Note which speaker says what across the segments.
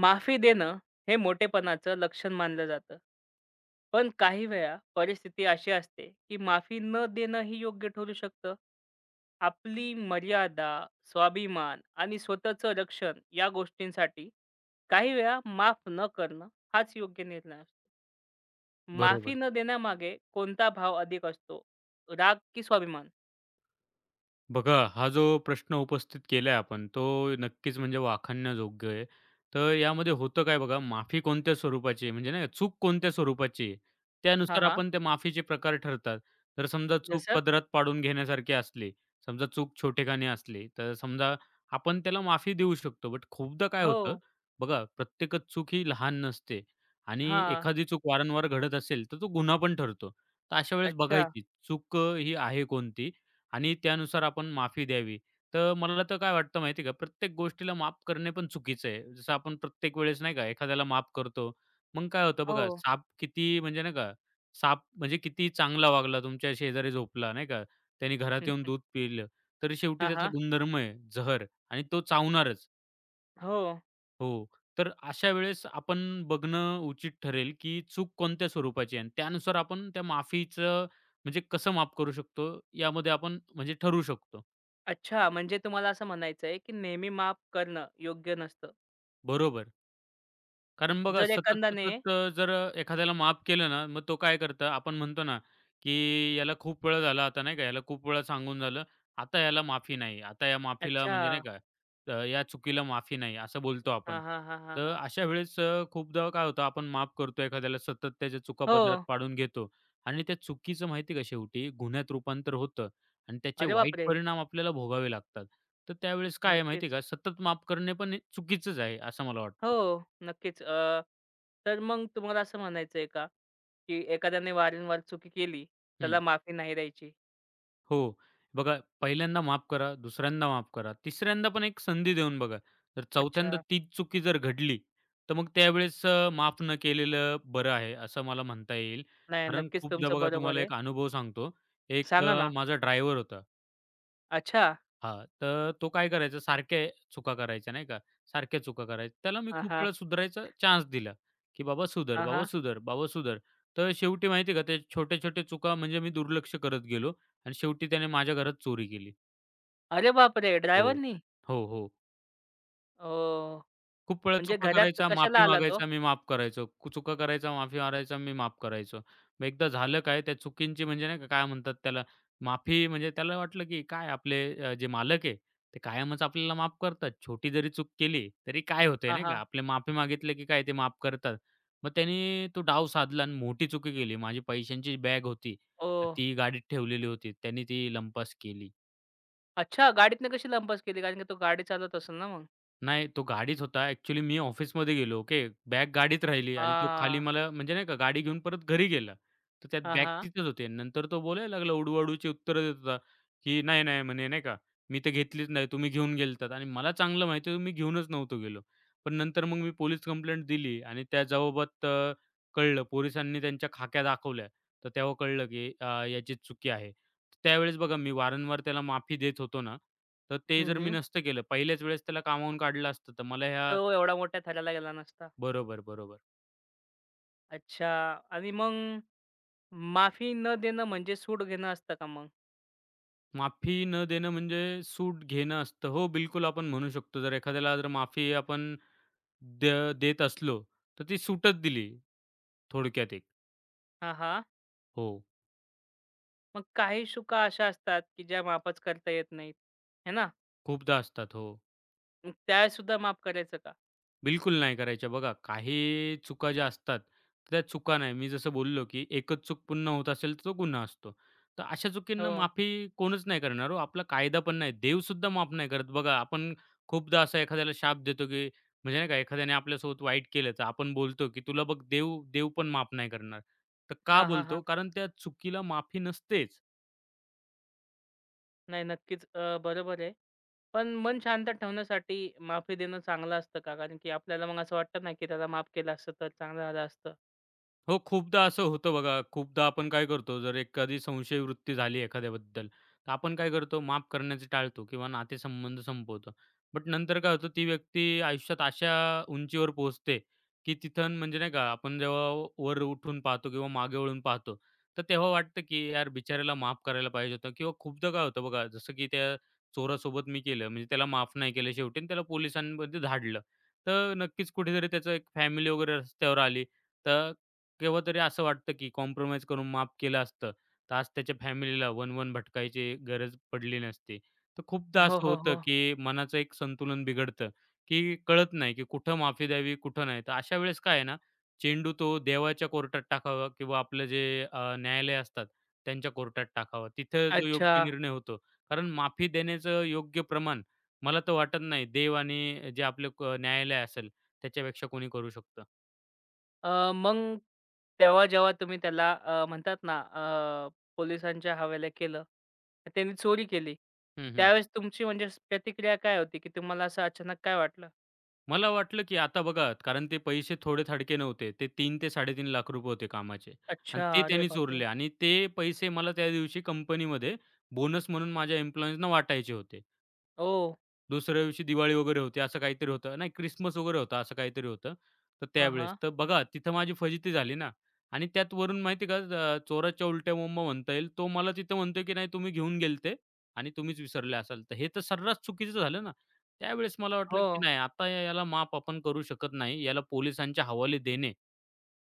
Speaker 1: माफी देणं हे मोठेपणाचं लक्षण मानलं जातं. पण काही वेळा परिस्थिती अशी असते, की माफी न देणं ही योग्य ठरू शकतं. आपली मर्यादा, स्वाभिमान आणि स्वतःचं रक्षण या गोष्टींसाठी काही वेळा माफ न करणं हाच योग्य निर्णय असतो. माफी
Speaker 2: बरोबर.
Speaker 1: न देण्यामागे कोणता भाव अधिक असतो? राग की स्वाभिमान?
Speaker 2: बघा हा जो प्रश्न उपस्थित केलाय आपण तो नक्कीच म्हणजे वाखाणण्याजोग्य आहे. तर यामध्ये होतं काय बघा, माफी कोणत्या स्वरूपाची आहे म्हणजे नाही का चूक कोणत्या स्वरूपाची आहे,
Speaker 1: हां,
Speaker 2: त्यानुसार
Speaker 1: हां.
Speaker 2: आपण त्या माफीचे प्रकार ठरतात. तर समजा चूक
Speaker 1: जसं?
Speaker 2: पदरात पाडून घेण्यासारखी असली, समजा चूक छोटेखानी असली, तर समजा आपण त्याला माफी देऊ शकतो. बट खूपदा काय
Speaker 1: हो.
Speaker 2: होतं बघा, प्रत्येकच चूक ही लहान नसते आणि
Speaker 1: हां.
Speaker 2: एखादी चूक वारंवार घडत असेल, तर तो गुन्हा पण ठरतो. तर अशा वेळेस
Speaker 1: अच्छा.
Speaker 2: बघायची चूक ही आहे कोणती आणि त्यानुसार आपण माफी द्यावी. तर मला तर काय वाटतं माहिती आहे का, प्रत्येक गोष्टीला माफ करणे पण चुकीचं आहे. जसं आपण प्रत्येक वेळेस नाही का एखाद्याला माफ करतो, मग काय होतं
Speaker 1: हो.
Speaker 2: बघा, साप किती म्हणजे नाही का, साप म्हणजे किती चांगला वागला, तुमच्या शेजारी झोपला नाही का, त्याने घरात येऊन दूध पिलं, तर शेवटी
Speaker 1: हां,
Speaker 2: त्याचा
Speaker 1: हां.
Speaker 2: गुणधर्म आहे जहर आणि तो चावणारच.
Speaker 1: हो.
Speaker 2: हो, तर अशा वेळेस आपण बघणं उचित ठरेल, की चूक कोणत्या स्वरूपाची आहे आणि त्यानुसार आपण त्या माफीचं म्हणजे कसं माफ करू शकतो, यामध्ये आपण म्हणजे ठरवू शकतो.
Speaker 1: अच्छा, म्हणजे तुम्हाला असं म्हणायचं आहे, की नेहमी माफ करणं योग्य नसतं.
Speaker 2: बरोबर. कारण बघा
Speaker 1: जर एखाद्याने
Speaker 2: सतत-सतत जर एखाद्याला माफ केलं ना, मग तो काय करतो आपण म्हणतो ना, की याला खूप वेळा झाला आता नाही का, याला खूप वेळा सांगून झालं, आता याला माफी नाही. आता या माफीला
Speaker 1: अच्छा.
Speaker 2: म्हणजे नाही का, या चुकीला माफी नाही असं बोलतो
Speaker 1: हां,
Speaker 2: आपण.
Speaker 1: हां, हां, हां,
Speaker 2: तर
Speaker 1: हां.
Speaker 2: अशा वेळेस खूपदा काय होतं आपण माफ करतो एखाद्याला सतत त्याच्या चुका
Speaker 1: हो.
Speaker 2: पदरात पाडून घेतो आणि त्या चुकीचं माहिती का शेवटी गुन्ह्यात रूपांतर होतं आणि त्याचे
Speaker 1: अरे
Speaker 2: वाईट
Speaker 1: बापरे!
Speaker 2: परिणाम आपल्याला भोगावे लागतात. तर त्यावेळेस काय आहे माहिती आहे
Speaker 1: नक्कीच.
Speaker 2: का, सतत माफ करणे पण हे चुकीचंच आहे असं मला
Speaker 1: हो,
Speaker 2: वाटतं.
Speaker 1: नक्कीच. तर मग तुम्हाला असं म्हणायचं आहे का, की एखाद्याने वारंवार चुकी केली, त्याला
Speaker 2: हं.
Speaker 1: माफी नाही द्यायची?
Speaker 2: हो. बघा पहिल्यांदा माफ करा, दुसऱ्यांदा माफ करा, तिसऱ्यांदा पण एक संधी देऊन बघा. तर चौथ्यांदा
Speaker 1: अच्छा.
Speaker 2: तीच चुकी जर घडली, तर मग त्यावेळेस माफ न केलेलं बरं आहे, असं मला म्हणता येईल.
Speaker 1: नाही,
Speaker 2: कारण
Speaker 1: नक्कीच
Speaker 2: खूपदा
Speaker 1: तुमचं
Speaker 2: बघा
Speaker 1: बरोबर
Speaker 2: तुम्हाला
Speaker 1: आहे.
Speaker 2: एक अनुभव सांगतो. एक
Speaker 1: सांगा ना.
Speaker 2: माझा ड्रायव्हर होता.
Speaker 1: अच्छा.
Speaker 2: हां, तर तो काय करायचा, सारख्या चुका करायच्या नाही का, सारख्या चुका करायच्या. त्याला मी
Speaker 1: हां,
Speaker 2: खूप
Speaker 1: हां.
Speaker 2: वेळा सुधारायचा चान्स दिला, की "बाबा सुधर,
Speaker 1: हां,
Speaker 2: बाबा
Speaker 1: हां.
Speaker 2: सुधर, बाबा सुधर." तर शेवटी माहिती आहे का, त्या छोट्या-छोट्या चुका म्हणजे मी दुर्लक्ष करत गेलो आणि शेवटी त्याने माझ्या घरात चोरी केली.
Speaker 1: अरे बापरे!
Speaker 2: हो.
Speaker 1: ड्रायव्हरनी?
Speaker 2: हो, हो.
Speaker 1: ओह!
Speaker 2: खूप वेळा
Speaker 1: म्हणजे
Speaker 2: चुका
Speaker 1: घरात
Speaker 2: करायचा,
Speaker 1: कशाला
Speaker 2: माफी
Speaker 1: आला तो?
Speaker 2: मागायचा, मी माफ करायचो. कु चुका करायचा, माफी मारायचा, मी माफ करायचो. मग एकदा झालं काय, त्या चुकींची म्हणजे नाही का काय म्हणतात त्याला, माफी म्हणजे त्याला वाटलं की काय आपले जे मालक आहे, ते कायमच आपल्याला माफ करतात. छोटी जरी चूक केली, तरी काय होतंय
Speaker 1: हां,
Speaker 2: नाही का,
Speaker 1: हां.
Speaker 2: आपले माफी मागितले की काय ते माफ करतात. मग त्याने तो डाव साधला आणि मोठी चुकी केली. माझी पैशांची बॅग होती, तर
Speaker 1: ओह!
Speaker 2: ती गाडीत ठेवलेली होती. त्याने ती लंपास केली.
Speaker 1: अच्छा, गाडीतनं कशी लंपास केली? कारण की तो गाडी चालवत असेल ना मग?
Speaker 2: नाही, तो गाडीच होता. ॲक्चुअली मी ऑफिसमध्ये गेलो, ओके. बॅग गाडीत राहिली आणि तो खाली
Speaker 1: हां.
Speaker 2: मला म्हणजे नाही का गाडी घेऊन परत घरी गेला. तर त्यात
Speaker 1: हां,
Speaker 2: बॅग
Speaker 1: हां.
Speaker 2: तिथेच होती. नंतर तो बोलायला लागला उडवाउडवीची उत्तरं देत होता, की "नाही, नाही," म्हणे नाही का, "मी तर घेतलीच नाही. तुम्ही घेऊन गेलात" आणि मला चांगलं माहिती होतं मी घेऊनच नव्हतो गेलो. पण नंतर मग मी पोलीस कंप्लेंट दिली आणि त्या जबाबात कळलं. पोलिसांनी त्यांच्या खाक्या दाखवल्या. तर तेव्हा कळलं, की याची चुकी आहे. त्यावेळेस बघा मी वारंवार त्याला माफी देत होतो ना, तर ते
Speaker 1: हं,
Speaker 2: जर मी
Speaker 1: हं.
Speaker 2: नसतं केलं, पहिल्याच वेळेस त्याला कामावून काढलं असतं, तर मला ह्या
Speaker 1: तो एवढा मोठ्या थराला गेला नसता.
Speaker 2: बरोबर, बरोबर.
Speaker 1: अच्छा आणि मग माफी न देणं म्हणजे सूड घेणं असतं का मग?
Speaker 2: माफी न देणं म्हणजे सूट घेणं असतं. हो, बिलकुल आपण म्हणू शकतो. जर एखाद्याला जर माफी आपण द देत असलो, तर ती सूटच दिली, थोडक्यात एक.
Speaker 1: हां, हां.
Speaker 2: हो,
Speaker 1: मग काही चुका अशा असतात, की ज्या माफच करता येत नाहीत, आहे ना?
Speaker 2: खूपदा असतात. हो.
Speaker 1: मग त्यासुद्धा माफ करायचं का?
Speaker 2: बिलकुल नाही करायच्या. बघा काही चुका ज्या असतात, तर त्या चुका नाही. मी जसं बोललो, की एकच चूक पुन्हा होत असेल तर तो गुन्हा असतो. तर अशा चुकींना
Speaker 1: हो.
Speaker 2: माफी कोणच नाही करणार हो. आपला कायदा पण नाही. देवसुद्धा माफ नाही करत. बघा आपण खूपदा असा एखाद्याला शाप देतो, की म्हणजे नाही का एखाद्याने आपल्यासोबत वाईट केलं, तर आपण बोलतो, की "तुला बघ देव देव पण माफ नाही करणार." तर का
Speaker 1: हां, हां,
Speaker 2: बोलतो?
Speaker 1: हां.
Speaker 2: कारण त्या चुकीला माफी नसतेच.
Speaker 1: नाही नक्कीच बरोबर आहे. पण मन शांत ठेवण्यासाठी माफी देणं चांगलं असतं का? कारण की आपल्याला मग असं वाटतं ना, की त्याला माफ केलं असतं तर चांगलं झालं असतं.
Speaker 2: हो, खूपदा असं होतं बघा. खूपदा आपण काय करतो, जर एखादी संशय वृत्ती झाली एखाद्याबद्दल, तर आपण काय करतो, माफ करण्याचं टाळतो किंवा नातेसंबंध संपवतो. बट नंतर काय होतं, ती व्यक्ती आयुष्यात अशा उंचीवर पोहोचते, की तिथून म्हणजे नाही का, आपण जेव्हा वर उठून पाहतो किंवा मागे वळून पाहतो, तर तेव्हा वाटतं की यार बिचाऱ्याला माफ करायला पाहिजे होतं किंवा खूपदा काय होतं बघा, जसं की त्या चोरासोबत मी केलं, म्हणजे त्याला माफ नाही केलं शेवटी आणि त्याला पोलिसांमध्ये धाडलं. तर नक्कीच कुठेतरी त्याचं एक फॅमिली वगैरे रस्त्यावर आली. तर केव्हातरी असं वाटतं, की कॉम्प्रोमाईज करून माफ केलं असतं, तर आज त्याच्या फॅमिलीला वन-वन भटकायची गरज पडली नसती. तर खूपदा
Speaker 1: हो,
Speaker 2: असं
Speaker 1: हो,
Speaker 2: होतं,
Speaker 1: हो.
Speaker 2: की मनाचं एक संतुलन बिघडतं, की कळत नाही, की कुठं माफी द्यावी, कुठं नाही. तर अशा वेळेस काय आहे ना, चेंडू तो देवाच्या कोर्टात टाकावा किंवा आपलं जे न्यायालय असतात, त्यांच्या कोर्टात टाकावा. तिथं जो
Speaker 1: अच्छा.
Speaker 2: योग्य निर्णय होतो. कारण माफी देण्याचं योग्य प्रमाण मला तर वाटत नाही, देव आणि जे आपलं क न्यायालय असेल, त्याच्यापेक्षा कोणी करू शकतं.
Speaker 1: मग तेव्हा जेव्हा तुम्ही त्याला म्हणतात ना पोलिसांच्या हवाल्या केलं. तर त्यांनी चोरी केली.
Speaker 2: हं, हं.
Speaker 1: त्यावेळेस तुमची म्हणजे प्रतिक्रिया काय होती, की तुम्हाला असं अचानक काय वाटलं?
Speaker 2: मला वाटलं की आता बघा, कारण ते पैसे थोडे थाडके नव्हते. ते तीन ते ₹3.5 लाख रुपये होते कामाचे
Speaker 1: अच्छा.
Speaker 2: आणि ते
Speaker 1: अरे
Speaker 2: त्यांनी
Speaker 1: बापरे!
Speaker 2: चोरले आणि ते पैसे मला त्या दिवशी कंपनीमध्ये बोनस म्हणून माझ्या एम्प्लॉईजना वाटायचे होते.
Speaker 1: ओ,
Speaker 2: दुसऱ्या दिवशी दिवाळी वगैरे होती असं काहीतरी होतं. नाही क्रिसमस वगैरे होता असं काहीतरी होतं. तर
Speaker 1: हां,
Speaker 2: त्यावेळेस.
Speaker 1: हां.
Speaker 2: तर बघा तिथं माझी फजिती झाली ना आणि त्यात वरून माहिती का चोराच्या उलट्या बोंबा म्हणता येईल. तो मला तिथं म्हणतोय की "नाही तुम्ही घेऊन गेलते आणि तुम्हीच विसरले असाल." तर हे तर सर्रास चुकीचं झालं ना. त्यावेळेस मला वाटलं
Speaker 1: हो.
Speaker 2: की नाही आता याला माफ आपण करू शकत नाही. याला पोलिसांच्या हवाले देणे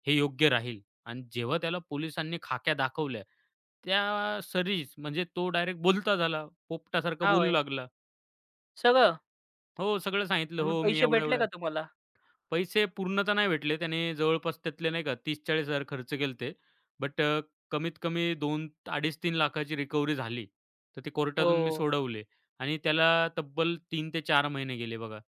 Speaker 2: हे योग्य राहील आणि जेव्हा त्याला पोलिसांनी खाक्या दाखवल्या त्या सरीज म्हणजे तो डायरेक्ट बोलता झाला. पोपटासारखा
Speaker 1: हां,
Speaker 2: बोलू
Speaker 1: होय.
Speaker 2: लागला.
Speaker 1: सगळं?
Speaker 2: हो, सगळं सांगितलं.
Speaker 1: आणि मग
Speaker 2: हो, मी
Speaker 1: पैसे भेटले का
Speaker 2: एवढं-एवढं
Speaker 1: तुम्हाला?
Speaker 2: पैसे पूर्ण तर नाही भेटले. त्याने जवळपास त्यातले नाही का 30,000-40,000 खर्च केलते. बट कमीत कमी 2 2.5-3 लाखाची रिकव्हरी झाली. तर ते कोर्टातून मी
Speaker 1: ओह!
Speaker 2: सोडवले आणि त्याला तब्बल 3 ते 4 महिने गेले बघा.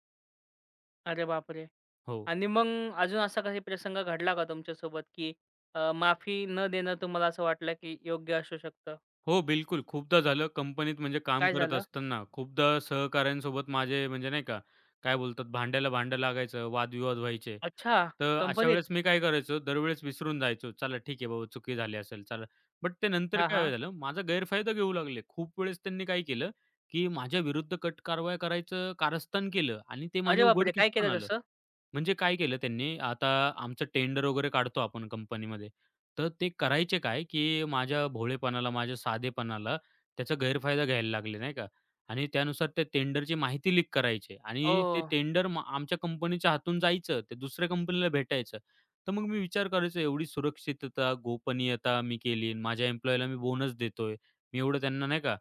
Speaker 1: अरे बापरे!
Speaker 2: हो.
Speaker 1: आणि मग अजून असा काही प्रसंग घडला का तुमच्यासोबत, की माफी न देणं तुम्हाला असं वाटलं, की योग्य असू शकतं?
Speaker 2: हो, बिलकुल. खूपदा झालं कंपनीत म्हणजे काम
Speaker 1: काय
Speaker 2: करत
Speaker 1: झालं?
Speaker 2: असताना खूपदा सहकाऱ्यांसोबत माझे म्हणजे नाही का, काय बोलतात भांड्याला भांडं लागायचं, वादविवाद व्हायचे.
Speaker 1: अच्छा.
Speaker 2: तर अशा
Speaker 1: कंपनीत?
Speaker 2: वेळेस मी काय करायचो, दरवेळेस विसरून जायचो. चला ठीक आहे बाबा, चुकी झाली असेल चला. बट ते नंतर
Speaker 1: हां,
Speaker 2: काय
Speaker 1: हां.
Speaker 2: झालं, माझा गैरफायदा घेऊ लागले. खूप वेळेस त्यांनी काय केलं, की माझ्याविरुद्ध कट कारवाया करायचं कारस्थान केलं आणि ते
Speaker 1: अरे
Speaker 2: माझ्या
Speaker 1: बापरे!
Speaker 2: उघडकीस
Speaker 1: काय
Speaker 2: पण
Speaker 1: केलं
Speaker 2: आलं.
Speaker 1: तसं?
Speaker 2: म्हणजे काय केलं त्यांनी, आता आमचं टेंडर वगैरे काढतो आपण कंपनीमध्ये. तर ते करायचे काय, की माझ्या भोळेपणाला, माझ्या साधेपणाला त्याचा गैरफायदा घ्यायला लागले, नाही का? आणि त्यानुसार ते टेंडरची माहिती लीक करायचे आणि ते
Speaker 1: ओह!
Speaker 2: टेंडर आमच्या कंपनीच्या हातून जायचं, ते दुसऱ्या कंपनीला भेटायचं. तर मग मी विचार करायचो एवढी सुरक्षितता, गोपनीयता मी केली, माझ्या एम्प्लॉयीला मी बोनस देतोय, मी एवढं त्यांना नाही का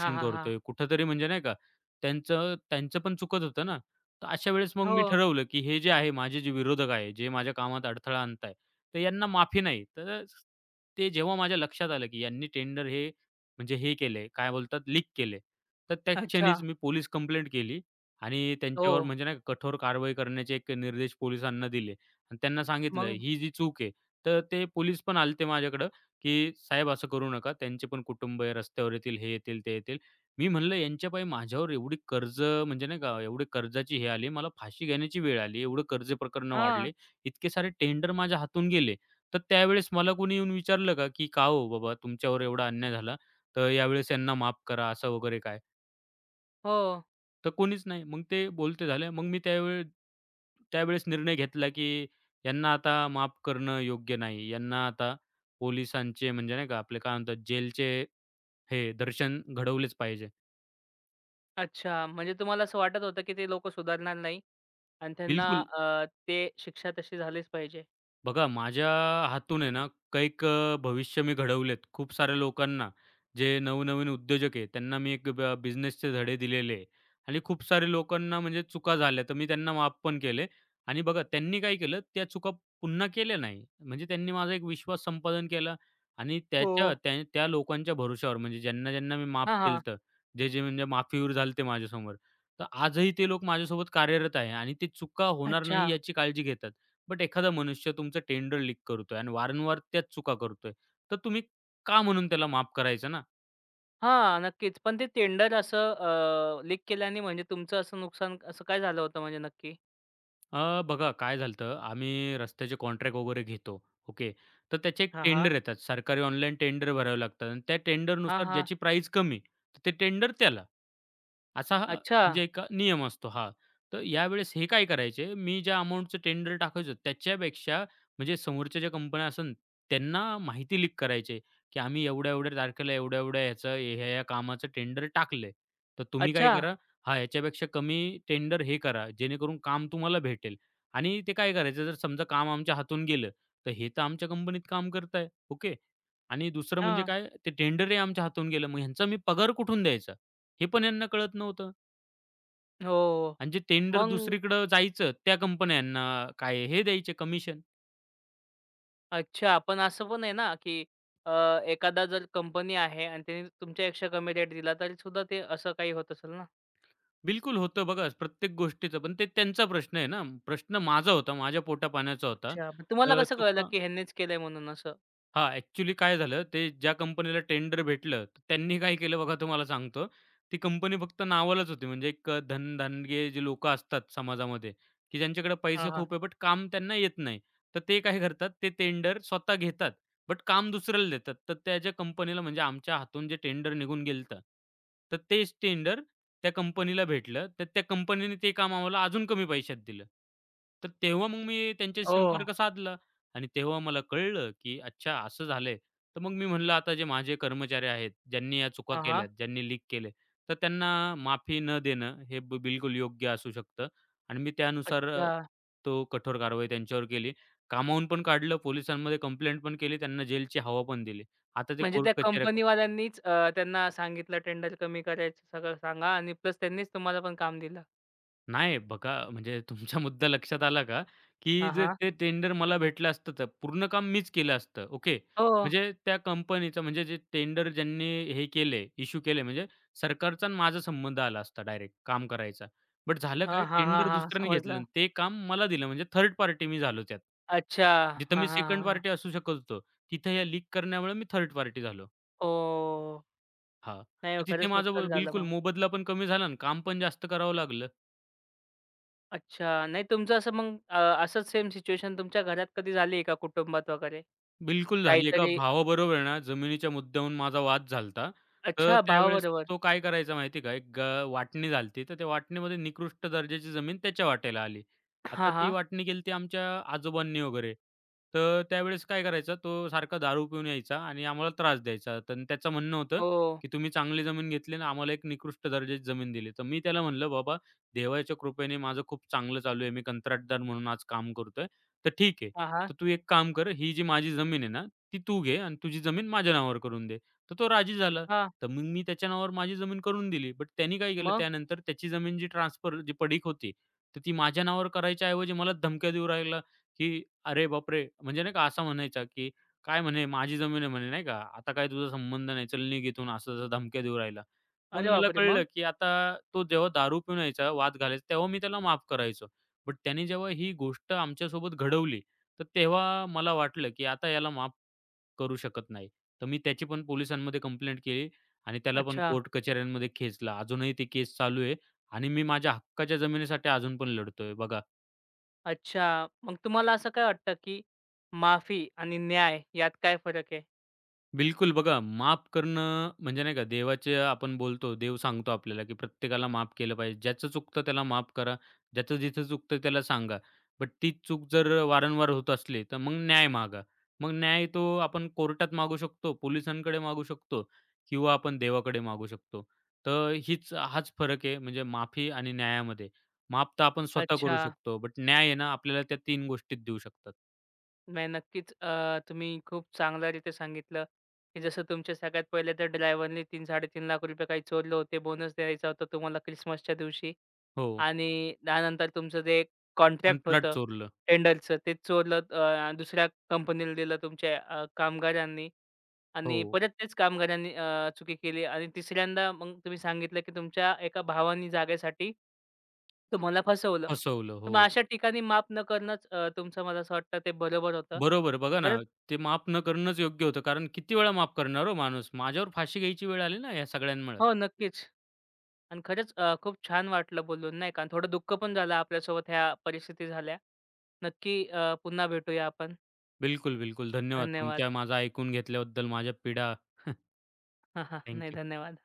Speaker 1: हां, हां, हां.
Speaker 2: करतोय, कुठेतरी म्हणजे नाही का त्यांचं त्यांचं पण चुकत होतं ना. तर अशा वेळेस मग
Speaker 1: हो.
Speaker 2: मी ठरवलं, की हे जे आहे माझे जे विरोधक आहे, जे माझ्या कामात अडथळा आणताय, तर यांना माफी नाही. तर ते जेव्हा माझ्या लक्षात आलं, की यांनी टेंडर हे म्हणजे हे केले काय बोलतात लीक केले तर त्या
Speaker 1: अच्छा.
Speaker 2: क्षणीच मी पोलीस कंप्लेंट केली आणि
Speaker 1: हो.
Speaker 2: त्यांच्यावर म्हणजे नाही कठोर कारवाई करण्याचे एक निर्देश पोलिसांना दिले आणि त्यांना सांगितलं
Speaker 1: मग?
Speaker 2: ही जी चूक आहे. तर ते पोलीस पण आले माझ्याकडं, की "साहेब असं करू नका. त्यांचे पण कुटुंब आहे, रस्त्यावर येतील, हे येतील, ते येतील." मी म्हणलं यांच्यापायी माझ्यावर एवढी कर्ज म्हणजे नाही का एवढी कर्जाची हे आली. मला फाशी घेण्याची वेळ आली. एवढं कर्ज प्रकरणं
Speaker 1: हां.
Speaker 2: वाढले. इतके सारे टेंडर माझ्या हातून गेले. तर त्यावेळेस मला कोणी येऊन विचारलं का, की "का हो बाबा तुमच्यावर एवढा अन्याय झाला, तर यावेळेस यांना माफ करा" असं वगैरे काय.
Speaker 1: हो.
Speaker 2: तर कोणीच नाही. मग ते बोलते झाले. मग मी त्यावेळेस निर्णय घेतला, की यांना आता माफ करणं योग्य नाही. यांना आता पोलिसांचे म्हणजे नाही का आपले काय म्हणतात जेलचे हे दर्शन घडवलेच पाहिजे.
Speaker 1: अच्छा. म्हणजे तुम्हाला असं वाटत होतं, की ते लोकं सुधारणार नाही आणि त्यांना
Speaker 2: बिलकुल
Speaker 1: ते शिक्षा तशी झालीच पाहिजे.
Speaker 2: बघा माझ्या हातून आहे ना कैक भविष्य मी घडवलेत. खूप साऱ्या लोकांना जे नवनवीन उद्योजक आहे त्यांना मी एक बिझनेसचे धडे दिलेले आहे आणि खूप सारे लोकांना म्हणजे चुका झाल्या तर मी त्यांना माफ पण केले आणि बघा त्यांनी काय केलं त्या चुका पुन्हा केल्या नाही. म्हणजे त्यांनी माझा एक विश्वास संपादन केला आणि
Speaker 1: हो.
Speaker 2: त्याच्या त्या त्या लोकांच्या भरोश्यावर म्हणजे ज्यांना मी माफ
Speaker 1: हां, हां.
Speaker 2: केलं जे म्हणजे माफीवर झाले ते माझ्यासमोर. तर आजही ते लोक माझ्यासोबत कार्यरत आहे आणि ते चुका होणार
Speaker 1: अच्छा.
Speaker 2: नाही याची काळजी घेतात. बट एखादा मनुष्य तुमचं टेंडर लीक करतोय आणि वारंवार त्याच चुका करतोय, तर तुम्ही का म्हणून त्याला माफ करायचं ना?
Speaker 1: हां, नक्कीच. पण ते टेंडर असं लीक केल्याने म्हणजे तुमचं असं नुकसान असं काय झालं होतं म्हणजे नक्की?
Speaker 2: बघा काय झालं आम्ही रस्त्याचे कॉन्ट्रॅक्ट वगैरे घेतो. ओके. तर त्याचे एक
Speaker 1: हां, हां.
Speaker 2: टेंडर येतात. सरकारी ऑनलाईन टेंडर भरावे लागतात आणि त्या
Speaker 1: हां,
Speaker 2: टेंडरनुसार
Speaker 1: हां.
Speaker 2: ज्याची प्राईस कमी, तर ते टेंडर त्याला. असा हा
Speaker 1: अच्छा.
Speaker 2: म्हणजे एक नियम असतो. हां. तर यावेळेस हे काय करायचे, मी ज्या अमाउंटचं टेंडर टाकायचो त्याच्यापेक्षा म्हणजे समोरच्या ज्या कंपन्या असन त्यांना माहिती लीक करायचे, की आम्ही एवढ्या-एवढ्या तारखेला एवढ्या-एवढ्या ह्याचं ह्या या कामाचं टेंडर टाकले, तर तुम्ही काय
Speaker 1: अच्छा.
Speaker 2: करा हां, याच्यापेक्षा कमी टेंडर हे करा, जेणेकरून काम तुम्हाला भेटेल. आणि ते काय करायचं जर समजा काम आमच्या हातून गेलं, तर हे तर आमच्या कंपनीत काम करताय. ओके. आणि दुसरं म्हणजे
Speaker 1: हां.
Speaker 2: काय ते टेंडरही आमच्या हातून गेलं. मग ह्यांचा मी पगार कुठून द्यायचा? हे पण यांना कळत नव्हतं
Speaker 1: हो.
Speaker 2: आणि जे टेंडर
Speaker 1: मग
Speaker 2: दुसरीकडं जायचं त्या कंपन्या यांना काय हे द्यायचे कमिशन.
Speaker 1: अच्छा, पण असं पण आहे ना, की अ, एखादा जर कंपनी आहे आणि त्यांनी तुमच्यापेक्षा कमी रेट दिला तरी सुद्धा ते असं काही होत असेल ना?
Speaker 2: बिलकुल होतं बघा प्रत्येक गोष्टीचं, पण ते त्यांचा प्रश्न आहे ना. प्रश्न माझा होता, माझ्या पोटापाण्याचा होता.
Speaker 1: अच्छा. मग तुम्हाला
Speaker 2: तर
Speaker 1: कसं कळलं,
Speaker 2: चुका
Speaker 1: की ह्यांनीच केलंय म्हणून असं?
Speaker 2: हां, ॲक्चुअली काय झालं, ते ज्या कंपनीला टेंडर भेटलं, तर त्यांनी काय केलं बघा तुम्हाला सांगतो. ती कंपनी फक्त नावालाच होती. म्हणजे एक धनधानगे जे लोकं असतात समाजामध्ये, की ज्यांच्याकडे
Speaker 1: हां,
Speaker 2: पैसा
Speaker 1: हां.
Speaker 2: खूप आहे, बट काम त्यांना येत नाही. तर ते काय करतात, ते टेंडर स्वतः घेतात, बट काम दुसऱ्याला देतात. तर त्या ज्या कंपनीला म्हणजे आमच्या हातून जे टेंडर निघून गेलं, तर तेच टेंडर त्या कंपनीला भेटलं. तर त्या कंपनीने ते काम आम्हाला अजून कमी पैशात दिलं. तर तेव्हा मग मी त्यांच्याशी
Speaker 1: ओह!
Speaker 2: संपर्क साधला. आणि तेव्हा मला कळलं, की अच्छा असं झालंय. तर मग मी म्हणलं आता जे माझे कर्मचारी आहेत, ज्यांनी या चुका
Speaker 1: हां, हां.
Speaker 2: केल्यात, ज्यांनी लीक केले, तर त्यांना माफी न देणं हे बिलकुल योग्य असू शकतं. आणि मी त्यानुसार
Speaker 1: अच्छा.
Speaker 2: तो कठोर कारवाई त्यांच्यावर केली. कामावून पण काढलं, पोलिसांमध्ये कंप्लेंट पण केली, त्यांना जेलची हवा पण दिली. आता ते
Speaker 1: म्हणजे
Speaker 2: कोर्ट
Speaker 1: त्या
Speaker 2: कचेऱ्या करतात.
Speaker 1: कंपनीवाल्यांनीच त्यांना सांगितलं टेंडर कमी करायचं सगळं सांगा आणि प्लस त्यांनीच तुम्हाला पण काम दिलं.
Speaker 2: नाही बघा, म्हणजे तुमचा मुद्दा लक्षात आला का? की
Speaker 1: हां,
Speaker 2: जे
Speaker 1: हां.
Speaker 2: ते टेंडर मला भेटलं असतं तर पूर्ण काम मीच केलं असतं. ओके.
Speaker 1: हो.
Speaker 2: म्हणजे त्या कंपनीचं म्हणजे जे टेंडर ज्यांनी हे केले, इश्यू केले म्हणजे सरकारचा आणि माझा संबंध आला असता डायरेक्ट काम करायचा. बट झालं
Speaker 1: हां,
Speaker 2: काय
Speaker 1: हां, हां,
Speaker 2: टेंडर
Speaker 1: हां.
Speaker 2: दुसऱ्याने घेतलं
Speaker 1: समजलं.
Speaker 2: आणि ते काम मला दिलं म्हणजे थर्ड पार्टी मी झालो त्यात.
Speaker 1: अच्छा.
Speaker 2: जिथं
Speaker 1: हां, हां,
Speaker 2: मी सेकंड
Speaker 1: हां, हां.
Speaker 2: पार्टी असू शकत होतो, तिथं या लीक करण्यामुळे मी थर्ड पार्टी झालो.
Speaker 1: हो.
Speaker 2: हां.
Speaker 1: नाही हो,
Speaker 2: तर
Speaker 1: खरंच
Speaker 2: तिथे माझा
Speaker 1: नुकसान झालं
Speaker 2: बिलकुल
Speaker 1: मग.
Speaker 2: मोबदला पण कमी झाला आणि काम पण जास्त करावं लागलं.
Speaker 1: अच्छा. नाही तुमचं असं मग असंच सेम सिच्युएशन तुमच्या घरात कधी झाली आहे का कुटुंबात वगैरे?
Speaker 2: बिलकुल झाली. एका
Speaker 1: काहीतरी
Speaker 2: भावाबरोबर आहे ना, जमिनीच्या मुद्द्याहून माझा वाद झालता. तर
Speaker 1: अच्छा
Speaker 2: त्यावेळेस
Speaker 1: भावाबरोबर.
Speaker 2: तो काय करायचा माहिती आहे का, एक वाटणी झाली होती. तर त्या वाटणीमध्ये निकृष्ट दर्जाची जमीन त्याच्या वाट्याला आली. आता
Speaker 1: हां,
Speaker 2: ती
Speaker 1: हां.
Speaker 2: वाटणी केली होती आमच्या आजोबांनी वगैरे. तर त्यावेळेस काय करायचा, तो सारखा दारू पिऊन यायचा आणि आम्हाला त्रास द्यायचा. तर त्याचं म्हणणं होतं,
Speaker 1: हो.
Speaker 2: की "तुम्ही चांगली जमीन घेतली आणि आम्हाला एक निकृष्ट दर्जाची जमीन दिली." तर मी त्याला म्हणलं, "बाबा देवाच्या कृपेने माझं खूप चांगलं चालू आहे. मी कंत्राटदार म्हणून आज काम करतोय. तर ठीक आहे."
Speaker 1: हां, हां.
Speaker 2: तर तू एक काम कर, ही जी माझी जमीन आहे ना, ती तू घे आणि तुझी जमीन माझ्या नावावर करून दे. तर तो राजी झाला.
Speaker 1: हां.
Speaker 2: तर मग मी त्याच्या नावावर माझी जमीन करून दिली. बट त्यानी काय केलं
Speaker 1: मग?
Speaker 2: त्यानंतर त्याची जमीन जी ट्रान्सफर जी पडीक होती, तर ती माझ्या नावावर करायच्या ऐवजी मला धमक्या देऊ राहिला, की "अरे बापरे!" म्हणजे नाही का असा म्हणायचा, की "काय म्हणे माझी जमीन आहे म्हणे नाही का, आता काय तुझा संबंध नाही, चल निघ इथून." असं-तसं धमक्या देऊ राहिला. मग
Speaker 1: अरे
Speaker 2: मला
Speaker 1: बापरे!
Speaker 2: कळलं,
Speaker 1: मग?
Speaker 2: की आता तो जेव्हा दारू पिऊन यायचा, वाद घालायचा, तेव्हा मी त्याला माफ करायचो. बट त्याने जेव्हा ही गोष्ट आमच्यासोबत घडवली तर तेव्हा मला वाटलं, की आता याला माफ करू शकत नाही. तर मी त्याची पण पोलिसांमध्ये कंप्लेंट केली आणि त्याला पण
Speaker 1: अच्छा.
Speaker 2: कोर्ट कचेऱ्यांमध्ये खेचला. अजूनही ती केस चालू आहे आणि मी माझ्या हक्काच्या जमिनीसाठी अजून पण लढतोय बघा.
Speaker 1: अच्छा. मग तुम्हाला असं काय वाटतं, की माफी आणि न्याय यात काय फरक आहे?
Speaker 2: बिलकुल. बघा, माफ करणं म्हणजे नाही का देवाचे आपण बोलतो, देव सांगतो आपल्याला, की प्रत्येकाला माफ केलं पाहिजे. ज्याचं चुकतं त्याला माफ करा, ज्याचं जिथं चुकतं त्याला सांगा. बट तीच चूक जर वारंवार होत असली, तर मग न्याय मागा. मग न्याय तो आपण कोर्टात मागू शकतो, पोलिसांकडे मागू शकतो किंवा आपण देवाकडे मागू शकतो. तर हाच फरक आहे म्हणजे माफी आणि न्यायामध्ये. माफ तर आपण स्वतः करू
Speaker 1: अच्छा.
Speaker 2: शकतो, बट न्याय आहे ना आपल्याला त्या 3 गोष्टीत देऊ शकतात.
Speaker 1: नाही नक्कीच तुम्ही खूप चांगल्यारीत्या सांगितलं, की जसं तुमच्या सगळ्यात पहिले तर ड्रायव्हरने 3 ₹3.5 लाख रुपये काही चोरले होते. बोनस द्यायचा होता तुम्हाला क्रिसमसच्या दिवशी.
Speaker 2: हो,
Speaker 1: आणि त्यानंतर तुमचं जे कॉन्ट्रॅक्ट
Speaker 2: अंतराळ
Speaker 1: होतं
Speaker 2: चोरलं.
Speaker 1: टेंडरचं ते चोरलं दुसऱ्या कंपनीला दिलं तुमच्या कामगारांनी आणि
Speaker 2: हो,
Speaker 1: परत तेच कामगारांनी चुकी केली आणि तिसऱ्यांदा मग तुम्ही सांगितलं, की तुमच्या एका भावानी जागेसाठी तुम्हाला फसवलं.
Speaker 2: फसवलं.
Speaker 1: तर मग
Speaker 2: हो.
Speaker 1: अशा ठिकाणी माफ न करणंच तुमचं मला असं वाटतं ते बरोबर होतं.
Speaker 2: बरोबर. बघा ना,
Speaker 1: खरंच
Speaker 2: ते माफ न करणंच योग्य होतं. कारण किती वेळा माफ करणार हो माणूस? माझ्यावर फाशी घ्यायची वेळ आली ना या सगळ्यांमुळं.
Speaker 1: हो, नक्कीच. आणि खरंच खूप छान वाटलं बोलून नाही का. आणि थोडं दुःख पण झालं आपल्यासोबत ह्या परिस्थिती झाल्या. नक्की पुन्हा भेटूया आपण.
Speaker 2: बिलकुल, बिलकुल. धन्यवाद
Speaker 1: धन्यवाद.
Speaker 2: तुमच्या माझं ऐकून घेतल्याबद्दल, माझ्या पीडा.
Speaker 1: नाही
Speaker 2: थँक
Speaker 1: धन्यवाद.